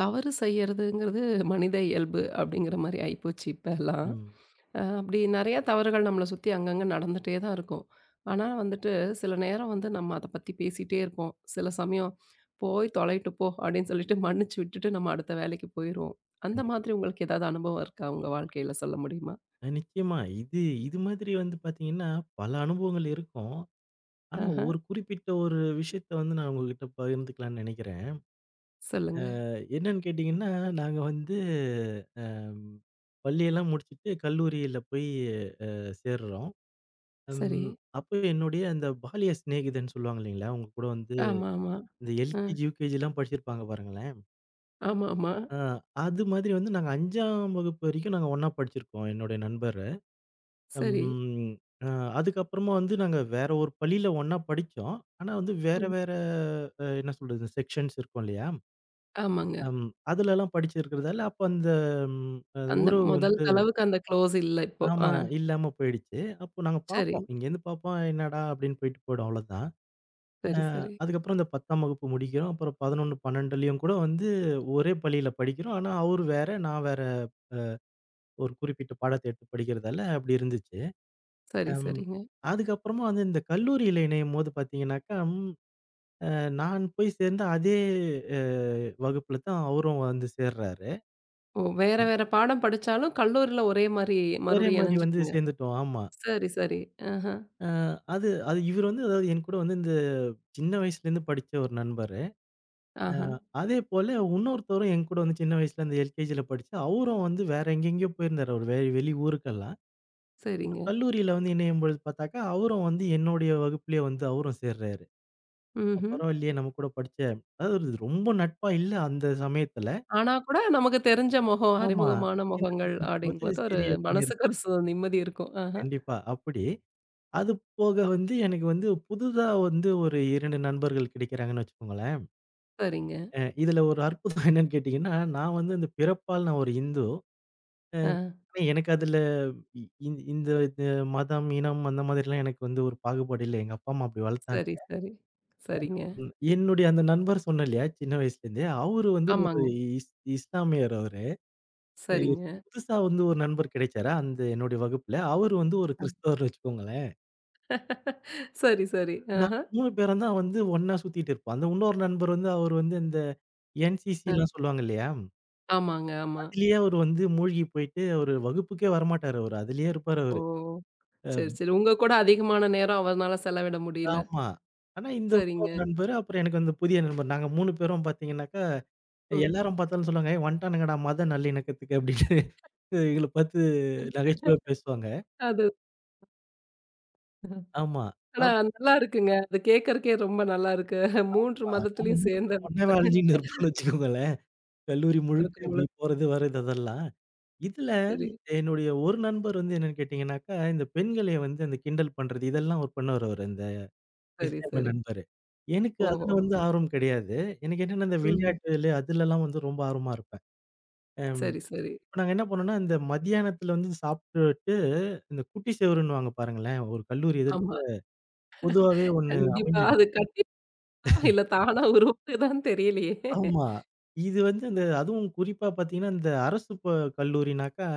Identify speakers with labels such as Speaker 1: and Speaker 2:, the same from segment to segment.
Speaker 1: தவறு செய்யறதுங்கிறது மனித இயல்பு அப்படிங்கிற மாரி ஆயிப்போச்சு இப்பல்லாம்.
Speaker 2: ம்.
Speaker 1: அப்படி நெறையா தவறுகள் நம்மள சுத்தி அங்கங்க நடந்துட்டே தான் இருக்கும். ஆனா வந்துட்டு சில நேரம் வந்து நம்ம அத பத்தி பேசிட்டே இருப்போம். சில சமயம் "போய் தொலையட்டு போ" அப்படின்னு சொல்லிட்டு மன்னிச்சு விட்டுட்டு நம்ம அடுத்த வேலைக்கு போயிருவோம். அந்த
Speaker 2: கண்டிப்பா.
Speaker 1: மாதிரி உங்களுக்கு ஏதாவது அனுபவம் இருக்கா உங்க வாழ்க்கையில சொல்ல முடியுமா?
Speaker 2: நிச்சயமா. இது இது மாதிரி வந்து பார்த்தீங்கன்னா, பல அனுபவங்கள் இருக்கும். ஆனா,
Speaker 1: ஆஹ.
Speaker 2: ஒரு குறிப்பிட்ட ஒரு விஷயத்த வந்து நான் உங்ககிட்ட பகிர்ந்துக்கலாம்னு நெனைக்கிறேன்.
Speaker 1: சொல்லுங்க.
Speaker 2: அ என்னன்னு கேட்டீங்கன்னா, நாங்க வந்து ம் பள்ளியெல்லாம் முடிச்சுட்டு கல்லூரியில போய் சேர்றோம்.
Speaker 1: சரி.
Speaker 2: ம் அப்ப என்னுடைய அந்த பாலிய சிநேகிதன் சொல்லுவாங்க இல்லைங்களா? அவங்க கூட வந்து
Speaker 1: ஆமா, ஆமா.
Speaker 2: இந்த
Speaker 1: அ.
Speaker 2: எல்கேஜி, யுகேஜிலாம் படிச்சிருப்பாங்க பாருங்களேன்.
Speaker 1: ஆமா, ஆமா.
Speaker 2: அ அது மாதிரி வந்து நாங்க 5ஆம் வகுப்பு வரைக்கும் நாங்க ஒண்ணா படிச்சிருக்கோம், என்னுடைய நண்பர்.
Speaker 1: சரி.
Speaker 2: ம். அ அதுக்கப்புறமா வந்து நாங்க வேற ஒரு பள்ளியில ஒண்ணா படிச்சோம். ஆனா வந்து வேற
Speaker 1: ம்.
Speaker 2: வேற என்ன சொல்றது செக்ஷன்ஸ் இருக்கும் இல்லையா?
Speaker 1: ஆமாங்க.
Speaker 2: அதுலலாம் படிச்சிருக்கிறதால அப்ப அந்த ம் அ
Speaker 1: அந்த
Speaker 2: உறவு
Speaker 1: முதல்
Speaker 2: வந்து
Speaker 1: அளவுக்கு அந்த க்ளோஸ் இல்ல இப்போ. ஆ.
Speaker 2: ஆமா, இல்லாம போயிடுச்சு. அப்போ நாங்க
Speaker 1: சரி,
Speaker 2: பார்ப்போம். இங்கேருந்து பார்ப்போம் என்னடா அப்படின்னு போயிட்டு போயிடும் அவ்வளோதான். அ
Speaker 1: சரி, சரி.
Speaker 2: அதுக்கப்புறம் இந்த 10ஆம் வகுப்பு முடிக்கிறோம். அப்புறம் 11, 12லயும் கூட வந்து ஒரே பள்ளியில படிக்கிறோம். ஆனா அவரு வேற, நான் வேற ஒரு குறிப்பிட்ட பாடத்த எடுத்து படிக்கிறதால அப்படி இருந்துச்சு.
Speaker 1: சரி,
Speaker 2: அம்.
Speaker 1: சரிங்க.
Speaker 2: அதுக்கப்புறமா வந்து இந்த கல்லூரியில இணையும்போது பார்த்தீங்கன்னாக்கா, ம் அ நான் போய் சேர்ந்த அதே அ வகுப்புல தான் அவரும் வந்து சேர்றாரு.
Speaker 1: ஓ! வேற வேற பாடம் படிச்சாலும் கல்லூரில ஒரே மாரி
Speaker 2: ஒரே
Speaker 1: மறுபடியும்
Speaker 2: மாரி வந்து
Speaker 1: இணஞ்சுட்டீங்க.
Speaker 2: சேர்ந்துட்டோம். ஆமா.
Speaker 1: சரி, சரி. ஆஹா,
Speaker 2: அது அது இவரு வந்து அதாவது என் கூட வந்து இந்த சின்ன வயசுலேருந்து படிச்ச ஒரு நண்பரு.
Speaker 1: ஆஹா.
Speaker 2: அதேபோல இன்னொருத்தரும் என் கூட வந்து சின்ன வயசுல அந்த எல்கேஜில படிச்சு, அவரும் வந்து வேற எங்கெங்கேயோ போயிருந்தாரு. ஒரு வெளி வெளி ஊருக்கெல்லாம்.
Speaker 1: சரிங்க.
Speaker 2: கல்லூரியில வந்து இணையும்பொழுது பார்த்தாக்கா, அவரும் வந்து என்னுடைய வகுப்பிலேயே வந்து அவரும் சேர்றாரு.
Speaker 1: ம்ஹ்ம்.
Speaker 2: "பரவாயில்லையே! நம்ம கூட படிச்ச" அதாவது ரொம்ப நட்பா இல்ல அந்த சமயத்துல.
Speaker 1: ஆனா கூட நமக்கு தெரிஞ்ச முகம்,
Speaker 2: ஆமா.
Speaker 1: அறிமுகமான
Speaker 2: சின்னதுல
Speaker 1: முகங்கள்
Speaker 2: இருக்கும்போது
Speaker 1: அப்படிங்கும்போது ஒரு
Speaker 2: சரி அப்படின்னு
Speaker 1: மனசுக்கு
Speaker 2: இருக்கும்.
Speaker 1: ஒரு நிம்மதி இருக்கும். ஆஹா,
Speaker 2: கண்டிப்பா. அப்படி. அது போக வந்து எனக்கு வந்து புதுதா வந்து ஒரு 2 நண்பர்கள் கிடைக்கிறாங்கன்னு வச்சுக்கோங்களேன்.
Speaker 1: சரிங்க.
Speaker 2: இதுல ஒரு அற்புதம் என்னன்னு கேட்டீங்கன்னா, நான் வந்து அந்த பிறப்பால் நான் ஒரு இந்து. அ
Speaker 1: ஆ,
Speaker 2: ஆனா எனக்கு அதுல இ இந் இந்த இந்த மதம், இனம் அந்த மாதிரிலாம் எனக்கு வந்து ஒரு பாகுபாடு இல்ல. எங்க அப்பா, அம்மா அப்படி வளர்த்தாங்க.
Speaker 1: சரி, சரி. சரிங்க.
Speaker 2: ம். என்னுடைய அந்த நண்பர் சொன்னேன் இல்லையா, சின்ன வயசுலேருந்தே, அவரு வந்து ஒரு
Speaker 1: ஆமாங்க.
Speaker 2: இஸ் இஸ்லாமியர் அவரு. அஹ்
Speaker 1: சரிங்க.
Speaker 2: புதுசா வந்து ஒரு நண்பர் கிடைச்சாரா, அந்த என்னுடைய வகுப்புல. அவரு வந்து ஒரு கிறிஸ்தவர்ன்னு வச்சுக்கோங்களேன்.
Speaker 1: சரி, சரி.
Speaker 2: நாங்க
Speaker 1: ஆஹா,
Speaker 2: 3 பேரும் தான் வந்து ஒண்ணா சுத்திட்டு இருப்போம். அந்த இன்னொரு நண்பர் வந்து அவர் வந்து இந்த
Speaker 1: ஆ.
Speaker 2: என்சிசிலாம் சொல்லுவாங்க இல்லையா?
Speaker 1: ஆமாங்க, ஆமா.
Speaker 2: அதிலேயே அவரு வந்து மூழ்கி போயிட்டு அவரு வகுப்புக்கே வரமாட்டாரு அவரு. அதிலேயே இருப்பாரு
Speaker 1: ஓ!
Speaker 2: அவரு. அ
Speaker 1: சரி, சரி. உங்க கூட அதிகமான நேரம் அவர்னால செலவிட முடியல.
Speaker 2: ஆமா. ஆனா இந்த இன்னொரு
Speaker 1: சரிங்க.
Speaker 2: நண்பர், அப்புறம் எனக்கு வந்து புதிய நண்பர். நாங்க 3 பேரும் பார்த்தீங்கன்னாக்கா,
Speaker 1: ம்.
Speaker 2: எல்லாரும் பார்த்தாலும் சொல்லுவாங்க, "ஏய் வந்துட்டானுங்கடா மத நல்லிணக்கத்துக்கு" அப்படின்னு எங்கள பார்த்து நகைச்சுவையா பேசுவாங்க.
Speaker 1: அது
Speaker 2: ஆமா.
Speaker 1: ஆனா, நல்லா இருக்குங்க. அது கேட்கறக்கே ரொம்ப நல்லா இருக்கு. 3
Speaker 2: ஆமா. நாங்க
Speaker 1: மதத்திலயும்
Speaker 2: 3
Speaker 1: சேர்ந்த
Speaker 2: பேரும் ஒண்ணாவே
Speaker 1: புத்தகங்களா
Speaker 2: அலைஞ்சுகின்னு இருப்போம்னு வச்சுக்கோங்களேன். கல்லூரி முழுக்க இப்படி
Speaker 1: இருக்கும்பொழுது
Speaker 2: போறது, வர்றது அதெல்லாம். இதுல
Speaker 1: சரி,
Speaker 2: என்னுடைய ஒரு நண்பர் வந்து என்னன்னு கேட்டீங்கன்னாக்கா, இந்த பெண்களை வந்து அந்த கிண்டல் பண்றது இதெல்லாம் அவர் பண்ணுவாரு அவரு அந்த
Speaker 1: சரி,
Speaker 2: இஸ்லாமிய
Speaker 1: சரி.
Speaker 2: நண்பரு. எனக்கு
Speaker 1: ஓஹோ!
Speaker 2: அதுல வந்து ஆர்வம் கிடையாது. எனக்கு என்னன்னா இந்த
Speaker 1: ம்.
Speaker 2: விளையாட்டுல அதுலலாம் வந்து ரொம்ப ஆர்வமா இருப்பேன். அம்
Speaker 1: சரி, சரி.
Speaker 2: இப்ப நாங்க என்ன பண்ணோம்னா, இந்த மத்தியானத்துல வந்து சாப்பிட்டுட்டு இந்த குட்டி சுவருன்னுவாங்க பாருங்களேன், ஒரு கல்லூரி எதிர்க்க
Speaker 1: ஆமா.
Speaker 2: பொதுவாவே ஒண்ணு
Speaker 1: கண்டிப்பா.
Speaker 2: அமைஞ்சிடும்.
Speaker 1: அது கண்டிப்பா இல்ல தானா உருவாகுதான்னு தெரியலையே!
Speaker 2: ஆமா. இது வந்து இந்த அதுவும் குறிப்பா பார்த்தீங்கன்னா, இந்த அரசு கல்லூரினாக்கா,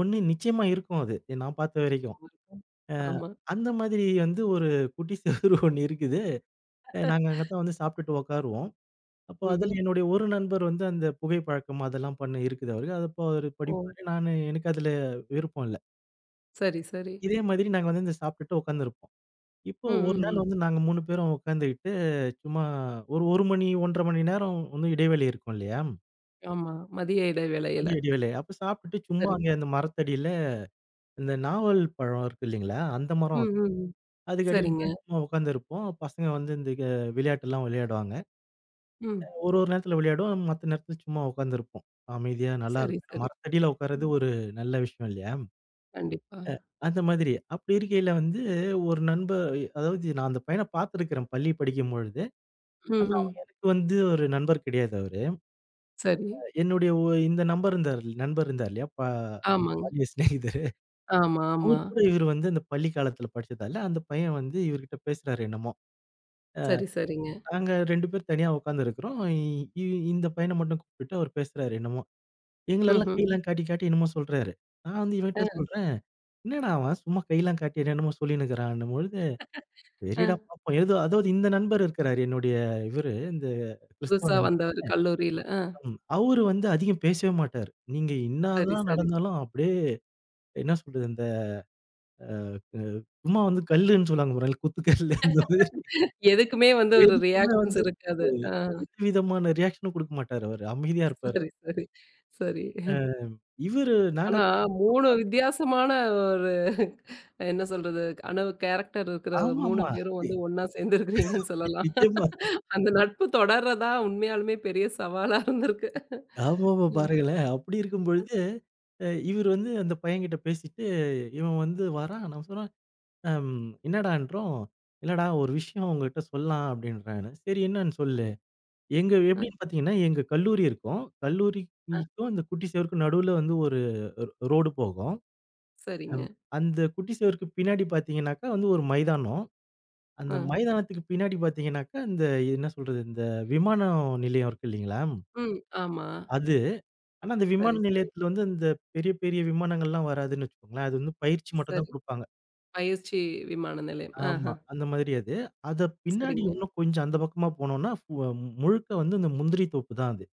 Speaker 2: ஒண்ணு நிச்சயமா இருக்கும் அது. நான் பார்த்த வரைக்கும்.
Speaker 1: ஆமா.
Speaker 2: அந்த மாதிரி வந்து ஒரு குட்டி செவுரு ஒண்ணு இருக்குது. நாங்க அங்க தான் வந்து சாப்பிட்டுட்டு உட்காருவோம். அப்போ
Speaker 1: ம்ஹ்ம்.
Speaker 2: அதில என்னுடைய ஒரு நண்பர் வந்து அந்த புகை பழக்கம் அதெல்லாம் பண்ண இருக்குது அவருக்கு. அது அப்போ அவரு
Speaker 1: ஓ!
Speaker 2: படிப்பாரு. நானு எனக்கு அதில விருப்பம் இல்ல.
Speaker 1: சரி, சரி.
Speaker 2: இதே மாதிரி நாங்க வந்து இந்த சாப்பிட்டுட்டு உட்காந்துருப்போம். இப்போ
Speaker 1: ம்,
Speaker 2: ஒரு
Speaker 1: ம்,
Speaker 2: நாள்
Speaker 1: ம்.
Speaker 2: வந்து நாங்க 3 பேரும் உட்காந்துக்கிட்டு சும்மா ஒரு 1 மணி 1 1/2 மணி நேரம் வந்து இடைவேளை இருக்கும் இல்லையா?
Speaker 1: ஆமா. மதிய இடைவேளையில.
Speaker 2: மதிய இடைவேளை. அப்ப சாப்பிட்டுட்டு சும்மா
Speaker 1: சரி.
Speaker 2: அங்க அந்த மரத்தடியில இந்த நாவல் பழம் இருக்கு இல்லைங்களா? அந்த மரம்
Speaker 1: ம்,
Speaker 2: அது.
Speaker 1: ம், ம்.
Speaker 2: அதுக்கு அடியில
Speaker 1: சரிங்க.
Speaker 2: தான் சும்மா உட்காந்துருப்போம். பசங்க வந்து இந்த விளையாட்டெல்லாம் விளையாடுவாங்க.
Speaker 1: ம்.
Speaker 2: ஒரு ஒரு நேரத்துல விளையாடுவோம். மத்த நேரத்துல சும்மா உட்காந்துருப்போம். அமைதியா
Speaker 1: சரி,
Speaker 2: நல்லாருக்கும். ஏன்னா
Speaker 1: சரி.
Speaker 2: மரத்தடியில உட்கார்றது
Speaker 1: ம்.
Speaker 2: ஒரு நல்ல விஷயம் இல்லையா?
Speaker 1: கண்டிப்பா.
Speaker 2: அந்த மாதிரி. அப்படி இருக்கையில வந்து ஒரு நண்பர் அதாவது நான் அந்த பையன பார்த்துருக்கிறேன் பள்ளி படிக்கும்பொழுது.
Speaker 1: ம்,
Speaker 2: ஆனா
Speaker 1: ம்.
Speaker 2: அவன் எனக்கு வந்து ஒரு நண்பர் கிடையாது அவரு.
Speaker 1: சரி.
Speaker 2: என்னுடைய ஒ இந்த நம்பர் இருந்தார் நண்பர் இருந்தார் இல்லையா?
Speaker 1: ஆமாங்க.
Speaker 2: பால்ய சிநேகிதரு.
Speaker 1: ஆமா,
Speaker 2: அவரு
Speaker 1: ஆமா.
Speaker 2: கூட இவரு வந்து இந்த பள்ளி காலத்துல படிச்சதால, அந்த பையன் வந்து இவர்கிட்ட பேசுறாரு என்னமோ.
Speaker 1: சரி, சரிங்க.
Speaker 2: நாங்க 2 பேர் தனியா உட்கார்ந்துருக்கிறோம். இ இந்த பையன மட்டும் கூப்பிட்டுட்டு அவர் பேசுறாரு என்னமோ. எங்களெல்லாம்
Speaker 1: ம்ஹ்ம்.
Speaker 2: கையெல்லாம் காட்டி, காட்டி என்னமோ சொல்றாரு. நான் வந்து
Speaker 1: அ,
Speaker 2: இவன்ட்ட சொல்றேன், "என்னடா அவன் சும்மா கையெல்லாம் காட்டி என்னென்னமோ சொல்லின்னுக்கிறான்னும்" பொழுது, "சரிடா
Speaker 1: அ.
Speaker 2: பாப்போம்." ஏதோ அதாவது இந்த நண்பர் இருக்கிறாரு என்னுடைய இவரு, இந்த கிறிஸ்தவ
Speaker 1: புதுசா
Speaker 2: நண்பர்.
Speaker 1: வந்தவரு கல்லூரியில. அ,
Speaker 2: ம். அவரு வந்து அதிகம் பேசவே மாட்டாரு. நீங்க
Speaker 1: சரி,
Speaker 2: என்னாதான்
Speaker 1: சரி.
Speaker 2: நடந்தாலும் அப்படியே என்ன சொல்றது, அந்த அ சும்மா வந்து கல்லுன்னு சொல்லுவாங்க பாருங்களேன், குத்துக்கல்லு அந்த மாதிரி
Speaker 1: எதுக்குமே வந்து ஒரு
Speaker 2: எதுக்குமே
Speaker 1: ரியாக்ஷன்ஸ்
Speaker 2: வந்து
Speaker 1: இருக்காது.
Speaker 2: அஹ்,
Speaker 1: ஆ,
Speaker 2: எந்த விதமான ரியாக்ஷனும் குடுக்க மாட்டாரு அவரு. அமைதியா இருப்பாரு.
Speaker 1: சரி, சரி, சரி.
Speaker 2: இவரு நாங்க
Speaker 1: ஆனா 3 வித்தியாசமான ஒரு என்ன சொல்றது? கனவு கேரக்டர் இருக்கிற 3
Speaker 2: ஆமாமா.
Speaker 1: பேரும் வந்து ஒண்ணா சேர்ந்திருக்கிறீங்கன்னு சொல்லலாம்.
Speaker 2: நிச்சயமா.
Speaker 1: அந்த நட்பு தொடர்றதா உண்மையாலுமே பெரிய சவாலா இருந்திருக்கு.
Speaker 2: ஆமாமா
Speaker 1: ம்.
Speaker 2: பாருங்களேன். அப்படி இருக்கும் பொழுது, இவரு வந்து அந்த பையன்கிட்ட பேசிட்டு, இவன் வந்து வரான். நம்ம சொன்னோம், "அம் என்னடான்றோம்?" "இல்லடா ஒரு விஷயம் உங்ககிட்ட சொல்லலாம்" அப்படின்றாரு. "சரி என்னன்னு சொல்லு." எங்க
Speaker 1: அ,
Speaker 2: எப்படின்னு பார்த்தீங்கன்னா, எங்க கல்லூரி இருக்கும்.
Speaker 1: அ.
Speaker 2: கல்லூரிக்கும் இந்த குட்டி சுவருக்கும் நடுவுல வந்து ஒரு ரோடு போகும். அம்
Speaker 1: சரிங்க.
Speaker 2: அந்த குட்டி சுவருக்கு பின்னாடி பார்த்தீங்கன்னாக்கா வந்து ஒரு மைதானம். அந்த
Speaker 1: அ.
Speaker 2: மைதானத்துக்கு பின்னாடி பார்த்தீங்கன்னாக்கா, இந்த என்ன சொல்றது? இந்த விமான நிலையம் இருக்கு இல்லீங்களா?
Speaker 1: ம். ஆமா.
Speaker 2: அது. ஆனா, அந்த
Speaker 1: சரி,
Speaker 2: விமான
Speaker 1: சரி,
Speaker 2: நிலையத்துல வந்து அந்த பெரிய, பெரிய விமானங்கள்லாம் வராதுன்னு வச்சுக்கோங்களேன். அது வந்து பயிற்சி மட்டும் தான்
Speaker 1: சரி.
Speaker 2: குடுப்பாங்க.
Speaker 1: பயிற்சி விமான நிலையம். ஆஹ.
Speaker 2: ஆமா. அந்த மாதிரி அது. அத பின்னாடி
Speaker 1: சரிங்க.
Speaker 2: இன்னும் கொஞ்சம் அந்த பக்கமா போனோம்னா, முழுக்க வந்து இந்த முந்திரி தோப்பு தான் அது.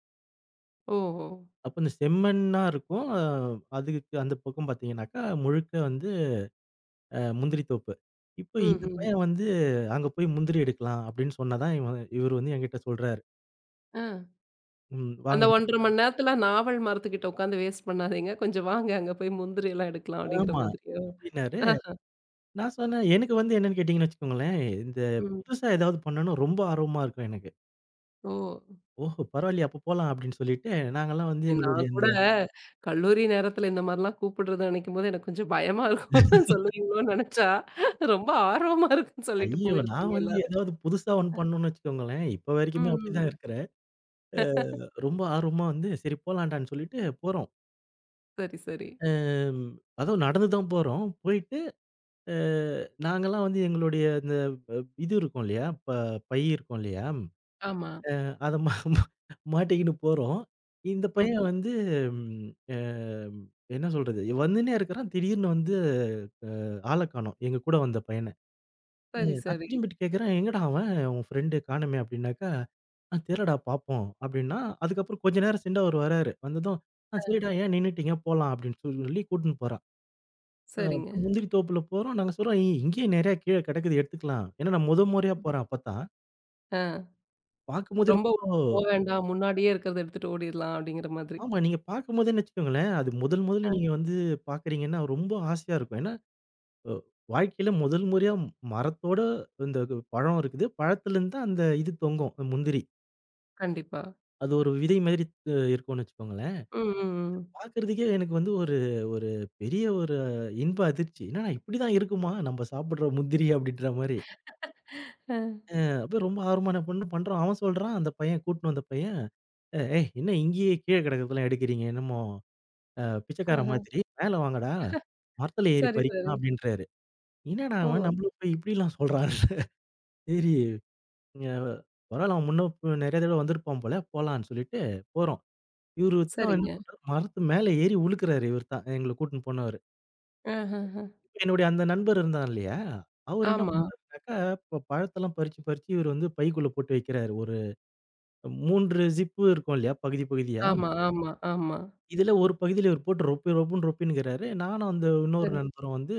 Speaker 1: ஓஹோ!
Speaker 2: அப்ப இந்த செம்மண்ணா இருக்கும். அதுக்கு அந்த பக்கம் பார்த்தீங்கன்னாக்கா, முழுக்க வந்து முந்திரி தோப்பு. இப்போ இந்த
Speaker 1: ம்ஹ்ம்.
Speaker 2: பையன் வந்து அங்க போய் முந்திரி எடுக்கலாம் அப்படின்னு சொன்னா தான், இவரு வந்து என்கிட்ட சொல்றாரு.
Speaker 1: ஆ. அந்த
Speaker 2: வாங்கண்ணே,
Speaker 1: 1½ மணி நேரத்துல நாவல் மரத்துக்கிட்ட உட்காந்து வேஸ்ட் பண்ணாதீங்க. கொஞ்சம் வாங்க அங்க போய் முந்திரி எல்லாம் எடுக்கலாம் அப்படிங்கிற
Speaker 2: ஆமா
Speaker 1: மாதிரியோ?
Speaker 2: அப்படின்னாரு.
Speaker 1: அ,
Speaker 2: நான் சொன்னேன் எனக்கு வந்து என்னன்னு கேட்டீங்கன்னு வச்சுக்கோங்களேன், இந்த
Speaker 1: ம்.
Speaker 2: புதுசா ஏதாவது பண்ணணும் ரொம்ப ஆர்வமா இருக்கும் எனக்கு.
Speaker 1: ஓ!
Speaker 2: ஓஹோ! பரவாயில்லையே! அப்ப போலாம் அப்படின்னு சொல்லிட்டு, நாங்கலாம் வந்து
Speaker 1: நான்
Speaker 2: எங்களுடைய
Speaker 1: கூட
Speaker 2: இந்த
Speaker 1: கல்லூரி நேரத்துல இந்த மாரிலாம் கூப்பிடுறது நினைக்கும்போது எனக்கு கொஞ்சம் பயமா இருக்கும். சொல்லுவீங்களோன்னு நினைச்சா, ரொம்ப ஆர்வமா இருக்குன்னு சொல்லிட்டு
Speaker 2: ஐயோ! நான்
Speaker 1: போயிருக்கீங்க
Speaker 2: வந்து
Speaker 1: எல்லாரும்.
Speaker 2: ஏதாவது புதுசா ஒண்ணு பண்ணணும்னு வச்சுக்கோங்களேன். இப்ப வரைக்குமே
Speaker 1: ம்,
Speaker 2: அப்படிதான்
Speaker 1: ம்.
Speaker 2: இருக்கிறேன். அ ரொம்ப ஆர்வமா வந்து சரி போலான்டான்னு சொல்லிட்டு போறோம்.
Speaker 1: சரி, சரி.
Speaker 2: அம் அதுவும் நடந்து தான் போறோம். போயிட்டு அ நாங்கலாம் வந்து எங்களுடைய இந்த அ இது இருக்கும் இல்லையா? பை இருக்கும் இல்லையா?
Speaker 1: ஆமா.
Speaker 2: அத மா மா மாட்டிக்கின்னு போறோம். இந்த பையன்
Speaker 1: ம்ஹ்ம்.
Speaker 2: வந்து ம் அ என்ன சொல்றது? வந்துன்னே இருக்கிறான். திடீர்னு வந்து ஆள காணோம். எங்க கூட வந்த பையன.
Speaker 1: சரி,
Speaker 2: நான்
Speaker 1: சரி.
Speaker 2: திரும்பிட்டு கேட்கிறேன், "எங்கடா அவன்? உன் ஃப்ரெண்டு காணோமே!" அப்படின்னாக்கா, "ஆ தெரிலடா பாப்போம்" அப்படின்னா, அதுக்கப்புறம் கொஞ்ச நேரம் சென்று அவர் வராரு. வந்ததும், "ஆ சரிடா ஏன் நின்னுட்டீங்க? போலாம்" அப்படின்னு சொல்லி கூட்டின்னு போறான்.
Speaker 1: சரிங்க.
Speaker 2: அப்புறம் முந்திரி தோப்புல போறோம். நாங்க சொல்றோம், "ஏய் இங்கேயே நெறையா கீழ கெடக்குது எடுத்துக்கலாம்." ஏன்னா நான் முதல் முறையா போறேன் அப்பத்தான்.
Speaker 1: ஆ.
Speaker 2: பார்க்கும்போதே
Speaker 1: ரொம்ப
Speaker 2: ரொம்ப.
Speaker 1: போ வேண்டாம். முன்னாடியே இருக்கிறத எடுத்துட்டு ஓடிரலாம் அப்படிங்கிற மாதிரி.
Speaker 2: ஆமா, நீங்க பார்க்கும்போதேன்னு வச்சுக்கோங்களேன், அது முதல் முதல்ல
Speaker 1: ஆ.
Speaker 2: நீங்க வந்து பார்க்குறீங்கன்னா, ரொம்ப ஆசையா இருக்கும். ஏன்னா, அ வாழ்க்கையில முதல் முறையா மரத்தோட இந்த பழம் இருக்குது. பழத்துலேருந்து தான் அந்த இது தொங்கும் அந்த முந்திரி.
Speaker 1: கண்டிப்பா.
Speaker 2: அது ஒரு விதை மாதிரி இருக்கும்னு வச்சுக்கோங்களேன்.
Speaker 1: ம், ம், ம்.
Speaker 2: பார்க்கறதுக்கே எனக்கு வந்து ஒரு ஒரு பெரிய ஒரு இன்ப அதிர்ச்சி. என்னடா இப்படிதான் இருக்குமா? நம்ம சாப்பிடுற முந்திரி அப்படின்ற மாரி.
Speaker 1: அ,
Speaker 2: அப்ப ரொம்ப ஆர்வமா என்ன பண்றோம். அவன் சொல்றான் அந்த பையன் கூட்டின்னு வந்த பையன், "ஏய் என்ன இங்கேயே கீழ கிடக்கிறதெல்லாம் எடுக்கிறீங்க? என்னமோ பிச்சைக்காரன்
Speaker 1: ஆஹ.
Speaker 2: மாதிரி. மேல வாங்கடா. மரத்துல ஏறி
Speaker 1: சரி, சரி.
Speaker 2: பறிக்கலாம்" அப்படின்றாரு. என்னடா அவன்
Speaker 1: ஓ!
Speaker 2: நம்மள போய் இப்படிலாம் சொல்றான். சரி, அ பரவால்ல அவன் முன்ன நெறைய தடவ வந்திருப்பான் போல. போலான்னு சொல்லிட்டு போறோம். இவரு தான் என்ன
Speaker 1: சரிங்க.
Speaker 2: பண்றாரு, மரத்து மேல ஏறி உழுக்குறாரு இவர் தான். எங்கள கூட்டின்னு போனவரு.
Speaker 1: அஹஹ.
Speaker 2: இப்ப என்னுடைய அந்த நண்பர் இருந்தான் இல்லையா? அவரு என்ன
Speaker 1: ஆமா,
Speaker 2: பண்றாருனாக்கா, பழத்தெல்லாம் பறிச்சு, பறிச்சு இவரு வந்து பைக்குள்ள போட்டு வைக்கிறாரு. ஒரு 3 ஜிப்பு இருக்கும் இல்லையா? பகுதி, பகுதியா.
Speaker 1: ஆமா, ஆமா, ஆமா.
Speaker 2: இதுல ஒரு பகுதியில இவரு போட்டு ரொப்பி, ரொப்புன்னு ரொப்பின்னுகிறாரு. நானும் அந்த இன்னொரு
Speaker 1: சரி.
Speaker 2: நண்பரும் வந்து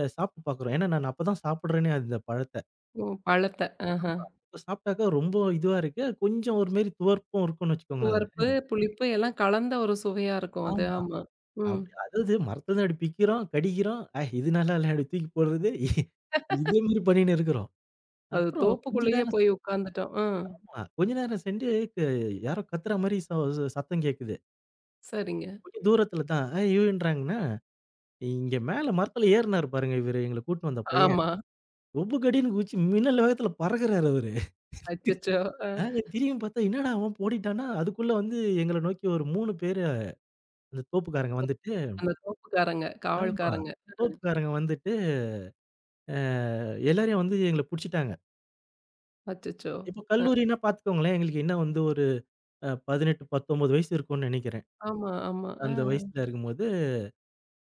Speaker 2: சாப்பிட்டு பார்க்குறோம். ஏன்னா நான் அப்பதான் சாப்பிடுறேனே அந்த பழத்த.
Speaker 1: ஓ! பழத்த. ஆஹா.
Speaker 2: ஆமா. இப்ப சாப்பிட்டாக்கா ரொம்ப இதுவா இருக்கு. கொஞ்சம் ஒரு மாரி துவர்ப்பும் இருக்கும்னு வச்சுக்கோங்களேன் அதுல.
Speaker 1: துவர்ப்பு, புளிப்பு எல்லாம் கலந்த ஒரு சுவையா இருக்கும் அது.
Speaker 2: ஆமா.
Speaker 1: ஆமா. ம்.
Speaker 2: அப்படி அதாவது மரத்துல இருந்து அப்படி பிக்கிறோம், கடிக்கிறோம். " இது நல்லா இல்ல" அப்படி தூக்கி போடுறது. இதே மாரி பண்ணின்னு இருக்கிறோம்.
Speaker 1: அது
Speaker 2: அப்புறம் கொஞ்ச
Speaker 1: தோப்புக்குள்ளேயே
Speaker 2: நேரம்
Speaker 1: போய் உட்காந்துட்டோம். ம்.
Speaker 2: ஆமா. கொஞ்ச நேரம் சென்று க யாரோ கத்துற மாரி ச ச சத்தம் கேட்குது.
Speaker 1: சரிங்க.
Speaker 2: கொஞ்சம் தூரத்துல தான். "ஏய் ஐயோன்றாங்கன்னா" இங்க மேல மரத்துல ஏறினாரு பாருங்க இவரு எங்கள கூட்டின்னு வந்த பையன்.
Speaker 1: ஆமா.
Speaker 2: ஒப்பு கடின்னு குதிச்சு மின்னல் வேகத்துல பறக்குறாரு அவரு.
Speaker 1: அச்சச்சோ! அ
Speaker 2: நாங்க திரும்பி பார்த்தா என்னடா அவன் ஓடிட்டான்னா, அதுக்குள்ள வந்து எங்கள நோக்கி ஒரு 3 பேரு அந்த தோப்புக்காரங்க வந்துட்டு.
Speaker 1: அந்த தோப்புக்காரங்க,
Speaker 2: ஆமா.
Speaker 1: காவல்காரங்க.
Speaker 2: தோப்புக்காரங்க வந்துட்டு, அ எல்லாரையும் வந்து எங்கள புடிச்சுட்டாங்க.
Speaker 1: அச்சச்சோ!
Speaker 2: இப்போ
Speaker 1: அ.
Speaker 2: கல்லூரின்னா பார்த்துக்கோங்களேன், எங்களுக்கு என்ன வந்து ஒரு 18, 19 வயசு இருக்கும்னு நெனைக்கிறேன்.
Speaker 1: ஆமா, ஆமா. அ,
Speaker 2: அந்த
Speaker 1: அ,
Speaker 2: வயசுல இருக்கும்போது,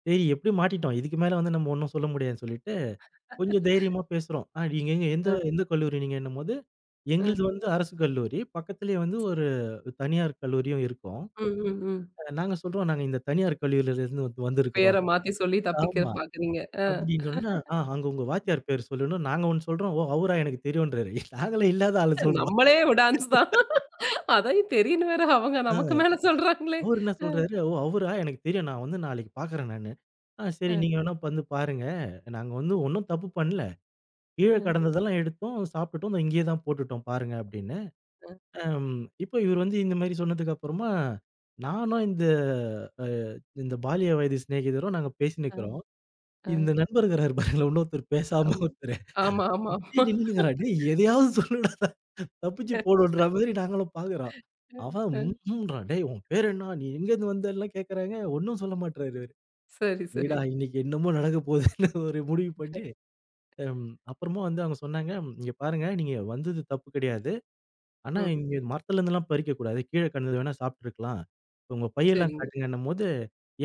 Speaker 2: சரி எப்படியும் மாட்டிட்டோம். இதுக்கு மேல வந்து நம்ம ஒண்ணும் சொல்ல முடியாதுன்னு சொல்லிட்டு, கொஞ்சம் தைரியமா பேசுறோம். "ஆ நீங்க எங்க எந்த எந்த கல்லூரி நீங்கன்னும்போது," எங்களுது
Speaker 1: அ.
Speaker 2: வந்து அரசு கல்லூரி. பக்கத்திலேயே வந்து ஒரு தனியார் கல்லூரியும் இருக்கும்.
Speaker 1: ம், ம், ம்.
Speaker 2: நாங்க சொல்றோம், "நாங்க இந்த தனியார் கல்லூரியிலிருந்து
Speaker 1: பேர
Speaker 2: வந்திருக்கிறோம்."
Speaker 1: மாத்தி சொல்லி தப்பிக்க
Speaker 2: ஆமா.
Speaker 1: பாக்குறீங்க. அ.
Speaker 2: அப்படின்னு சொன்னோனே, "ஆ அங்க உங்க வாத்தியார் பேர் சொல்லணும்." நாங்க ஒண்ணு சொல்றோம். "ஓ! அவரா எனக்கு தெரியுன்றாரு." நாங்களே இல்லாத ஆள சொல்றோம்.
Speaker 1: நம்மளே விடான்ஸ் தான். அதையும் தெரியும்ன்னு வேற அவங்க நமக்கு மேல சொல்றாங்களே!
Speaker 2: அவரு என்ன சொல்றாரு, "ஓ! அவரா? எனக்கு தெரியும். நான் வந்து நாளைக்கு பார்க்குறேன் நானு. ஆ சரி
Speaker 1: அ,
Speaker 2: நீங்க வேணா வந்து பாருங்க. நாங்க வந்து ஒண்ணும் தப்பு பண்ணல. கீழ
Speaker 1: அ,
Speaker 2: கடந்ததெல்லாம் எடுத்தோம், சாப்பிட்டுட்டோம். இதோ இங்கேயே தான் போட்டுட்டோம் பாருங்க" அப்படின்னு.
Speaker 1: அ.
Speaker 2: அம் இப்போ இவரு வந்து இந்த மாரி சொன்னதுக்கு அப்புறமா, நானும் அ இந்த பால்ய வயது சிநேகிதரும் நாங்க
Speaker 1: அ,
Speaker 2: பேசின்னுக்கிறோம்.
Speaker 1: அ,
Speaker 2: இந்த நண்பர் இருக்கிறாரு பாருங்களேன், இன்னொருத்தர் பேசாம
Speaker 1: ஆமா.
Speaker 2: ஒருத்தரு.
Speaker 1: ஆமா, ஆமா,
Speaker 2: அப்படியே
Speaker 1: ஆமா.
Speaker 2: நின்னுன்னுக்கிறாரு. "டேய் எதையாவது சொல்லுடா" தப்பிச்சு போணுன்ற மாதிரி நாங்களும் பாக்குறோம். அவன் ம்
Speaker 1: அ,
Speaker 2: ம்ன்றான். "டேய் உன் பேர் என்ன? நீ எங்கேருந்து வந்தல்லாம்?" கேட்கறாங்க. ஒண்ணும் சொல்ல மாட்றாரு இவரு.
Speaker 1: சரி, சரி.
Speaker 2: சரிடா இன்னைக்கு என்னமோ நடக்க போதுன்னு ஒரு முடிவு பண்ணி, ம் அப்புறமா வந்து அவங்க சொன்னாங்க, "இங்க பாருங்க நீங்க வந்தது தப்பு கிடையாது. ஆனா
Speaker 1: ம்.
Speaker 2: இங்க மரத்துலருந்துலாம் பறிக்கக் கூடாது. கீழ கிடந்தது வேணா சாப்பிட்டுருக்கலாம். உங்க பையெல்லாம்
Speaker 1: சரிங்க.
Speaker 2: காட்டுங்கன்னும்போது"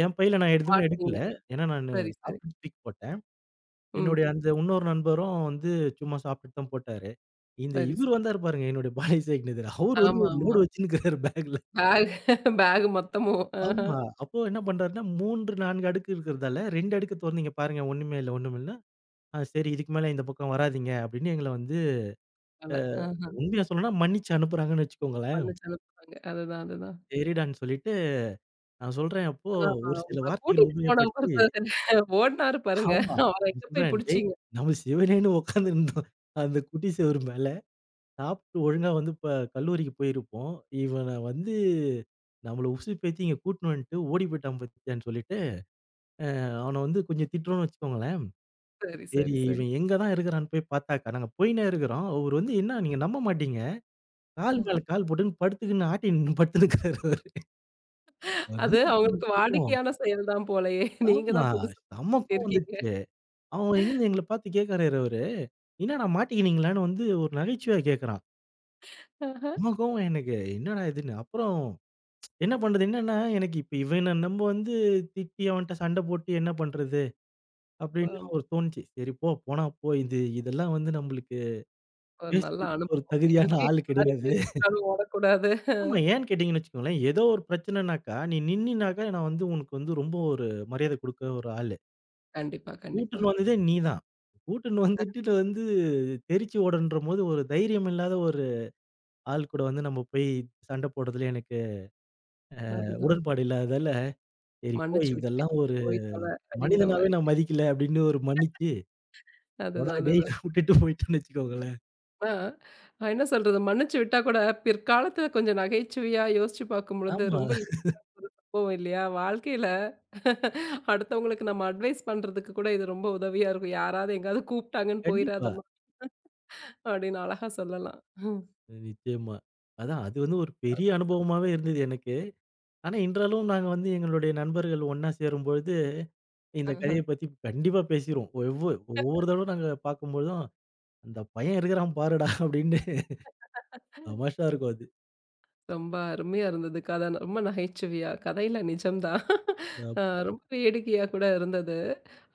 Speaker 2: என் பையில நான் எதுவுமே
Speaker 1: மாட்னீங்க.
Speaker 2: எடுக்கல. ஏன்னா நானு
Speaker 1: சரி, சரி.
Speaker 2: சாப்பிட்டுட்டு தூக்கி போட்டேன்.
Speaker 1: ம்.
Speaker 2: என்னுடைய அந்த இன்னொரு நண்பரும் வந்து சும்மா சாப்பிட்டுட்டு தான் போட்டாரு. இந்த
Speaker 1: சரி, சரி.
Speaker 2: இவரு வந்தாரு பாருங்க என்னுடைய பாலிசெக்நீதர். அவரு வந்து
Speaker 1: ஆமா,
Speaker 2: ஒரு
Speaker 1: ஆமா.
Speaker 2: லோடு வச்சுன்னுருக்காரு பேக்ல.
Speaker 1: பேக் பேக் மொத்தமும். ஆஹா.
Speaker 2: ஆமா. அப்போ என்ன பண்றாருன்னா 3, 4 அடுக்கு இருக்கிறதால 2 அடுக்கு தொறந்தீங்க பாருங்க ஒண்ணுமே இல்ல, ஒண்ணுமே இல்ல. ஆ சரி இதுக்கு மேல இந்த பக்கம் வராதீங்க அப்படின்னு எங்கள வந்து
Speaker 1: பல. ஆஹா.
Speaker 2: உண்மையா சொல்லணும்னா மன்னிச்சு அனுப்புறாங்கன்னு வச்சுக்கோங்களேன்.
Speaker 1: மன்னிச்சு அனுப்புனாங்க. அதுதான், அதுதான்.
Speaker 2: சரிடான்னு சொல்லிட்டு நான் சொல்றேன் அப்போ
Speaker 1: ஆமா.
Speaker 2: ஒரு சில
Speaker 1: உங்கள
Speaker 2: வார்த்தைகள
Speaker 1: கூட்டிட்டு போனவங்க
Speaker 2: உபயோகப்படுத்தி
Speaker 1: ஒருத்தர் ஓடுனாரு பாருங்க.
Speaker 2: ஆமா.
Speaker 1: அவர
Speaker 2: நான்
Speaker 1: எங்க போய்
Speaker 2: சொல்றேன் டேய்
Speaker 1: புடிச்சீங்க?
Speaker 2: நம்ம சிவனேன்னு உட்கார்ந்துருந்தோம். அந்த குட்டி சுவர் மேல. சாப்பிட்டு ஒழுங்கா வந்து இப்ப கல்லூரிக்கு போயிருப்போம். இவன வந்து நம்மள உசுப்பேத்தி இங்க கூட்டின்னு வந்துட்டு ஓடி போயிட்டான் பாத்தியான்னு சொல்லிட்டு, அவன வந்து கொஞ்சம் திட்டுறோம்னு வச்சுக்கோங்களேன்.
Speaker 1: சரி,
Speaker 2: சரி
Speaker 1: சரி, சரி.
Speaker 2: இவன் எங்க தான் இருக்கிறான்னு போய் பார்த்தாக்கா, நாங்க போயின்னே இருக்கிறோம். அவரு வந்து என்ன நீங்க நம்ப மாட்டீங்க. கால் மேல கால் போட்டுன்னு படுத்துக்குன்னு ஆட்டின்னு படுத்துன்னுருக்காரு அவரு. அது
Speaker 1: அது
Speaker 2: எனக்கு
Speaker 1: அவங்களுக்கு
Speaker 2: கோவம்.
Speaker 1: வாடிக்கையான செயல் தான் போலயே. நீங்க
Speaker 2: ஆமா.
Speaker 1: தான் புதுசா
Speaker 2: செம்ம கோவம்
Speaker 1: இருக்கீங்க.
Speaker 2: வந்துடுச்சு. அவன் எங்கருந்து எங்கள பார்த்து கேட்கறாரு அவரு. என்னடா மாட்டிக்கினீங்களான்னு வந்து ஒரு நகைச்சுவையா கேட்கறான்.
Speaker 1: ஆஹா.
Speaker 2: செம்ம கோவம் எனக்கு. என்னடா இதுன்னு. அப்புறம் என்ன பண்றது? என்னன்னா, எனக்கு இப்ப இவன நம்ப வந்து திட்டி, அவன்ட்ட சண்ட போட்டு என்ன பண்றது?
Speaker 1: ஆமா,
Speaker 2: அப்படின்னு
Speaker 1: ஆமா.
Speaker 2: ஒரு தோணுச்சு. சரி போ, போனா போ. இதெல்லாம் வந்து நம்பளுக்கு
Speaker 1: ஒரு நல்ல
Speaker 2: பேசுறதுக்கு ஒரு
Speaker 1: அனுபவம்.
Speaker 2: தகுதியான
Speaker 1: இனிமே
Speaker 2: ஆளு
Speaker 1: யாரு எங்க
Speaker 2: கிடையாது.
Speaker 1: கூப்பிட்டாலும் ஓடக்கூடாது.
Speaker 2: ஆமா, ஏன்னு கேட்டீங்கன்னு வச்சுக்கோங்களேன், ஏதோ ஒரு பிரச்சனைனாக்கா, நீ நின்னினாக்கா நான் வந்து உனக்கு வந்து ரொம்ப ஒரு மரியாதை குடுக்குற ஒரு ஆளு.
Speaker 1: கண்டிப்பா, கண்டிப்பா.
Speaker 2: கூட்டுன்னு வந்ததே நீதான். கூட்டுன்னு வந்துட்டு நான் வந்து தெரிச்சு ஓடன்றபோது, ஒரு தைரியம் இல்லாத ஒரு ஆள் கூட வந்து நம்ம போய் சண்ட போடுறதுல எனக்கு
Speaker 1: அதுதான்.
Speaker 2: உடன்பாடு இல்லாததால, சரி போ
Speaker 1: மன்னிச்சு
Speaker 2: இதெல்லாம்
Speaker 1: விட்டுட்டீங்க.
Speaker 2: ஒரு
Speaker 1: போய் தொல அப்படிங்கிற
Speaker 2: மனிதனாவே
Speaker 1: மாரி.
Speaker 2: நான் மதிக்கல அப்படின்னு ஒரு மன்னிச்சு போடா
Speaker 1: அதுதான்,
Speaker 2: டேய்!
Speaker 1: அதுதான்.
Speaker 2: விட்டுட்டு போயிட்டோன்னு வச்சுக்கோங்களேன்.
Speaker 1: ஆனா, நான் என்ன சொல்றது? மன்னிச்சு விட்டா கூட பிற்காலத்துல கொஞ்சம் நகைச்சுவையா யோசிச்சு பார்க்கும்பொழுது
Speaker 2: ஆமா,
Speaker 1: ரொம்ப இனிமையான ஒரு சம்பவம் இல்லையா? வாழ்க்கையில அடுத்தவங்களுக்கு நம்ம அட்வைஸ் பண்றதுக்கு கூட இது ரொம்ப உதவியா இருக்கும். யாராவது எங்கேயாவது கூப்பிட்டாங்கன்னு
Speaker 2: கண்டிப்பா.
Speaker 1: போயிராதம்மா அப்படின்னு அழகா சொல்லலாம். ம்.
Speaker 2: நிச்சயமா. அதான் அது வந்து ஒரு பெரிய அனுபவமாவே இருந்தது எனக்கு. ஆனா இன்றளவும் நாங்க வந்து எங்களுடைய நண்பர்கள் ஒண்ணா சேரும்பொழுது, இந்த
Speaker 1: ஆஹ.
Speaker 2: கதைய பத்தி கண்டிப்பா பேசிருவோம். ஒவ்வொரு தடவ நாங்க பார்க்கும்பொழுதும், "அந்த பையன் இருக்கிறான் பாருடா" அப்படின்னு தமாஷா இருக்கும் அது.
Speaker 1: ரொம்ப அருமையா இருந்தது கதை. ரொம்ப நகைச்சுவையா, கதையில நிஜம்தான்.
Speaker 2: அ
Speaker 1: அ ரொம்ப வேடிக்கையா கூட இருந்தது.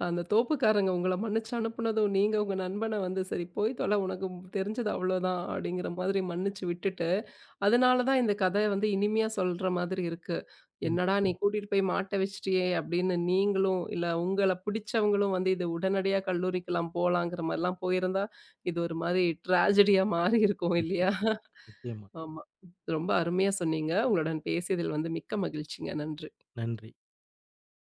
Speaker 1: அந்த தோப்புக்காரங்க உங்கள மன்னிச்சு அனுப்புனதும், நீங்க உங்க நண்பன வந்து, "சரி போய் தொல, உனக்கு தெரிஞ்சது அவ்வளோதான்" அப்படிங்கிற மாதிரி மன்னிச்சு விட்டுட்டு, அதனால தான் இந்த கதை வந்து இனிமையா சொல்ற மாதிரி இருக்கு. "என்னடா
Speaker 2: நிச்சயமா.
Speaker 1: நீ கூட்டிட்டு போய் மாட்ட வச்சுட்டியே!" அப்படின்னு நீங்களும், இல்ல உங்கள பிடிச்சவங்களும் வந்து இது உடனடியா கல்லூரிக்கெல்லாம் போலாங்கிற மாரிலாம் போயிருந்தா, இது ஒரு மாரி ட்ராஜடியா மாறி இருக்கும் இல்லையா?
Speaker 2: நிச்சயமா.
Speaker 1: ஆமா. ரொம்ப அருமையா சொன்னீங்க. உங்களுடன் பேசியதில் வந்து மிக்க மகிழ்ச்சிங்க. நன்றி.
Speaker 2: நன்றி.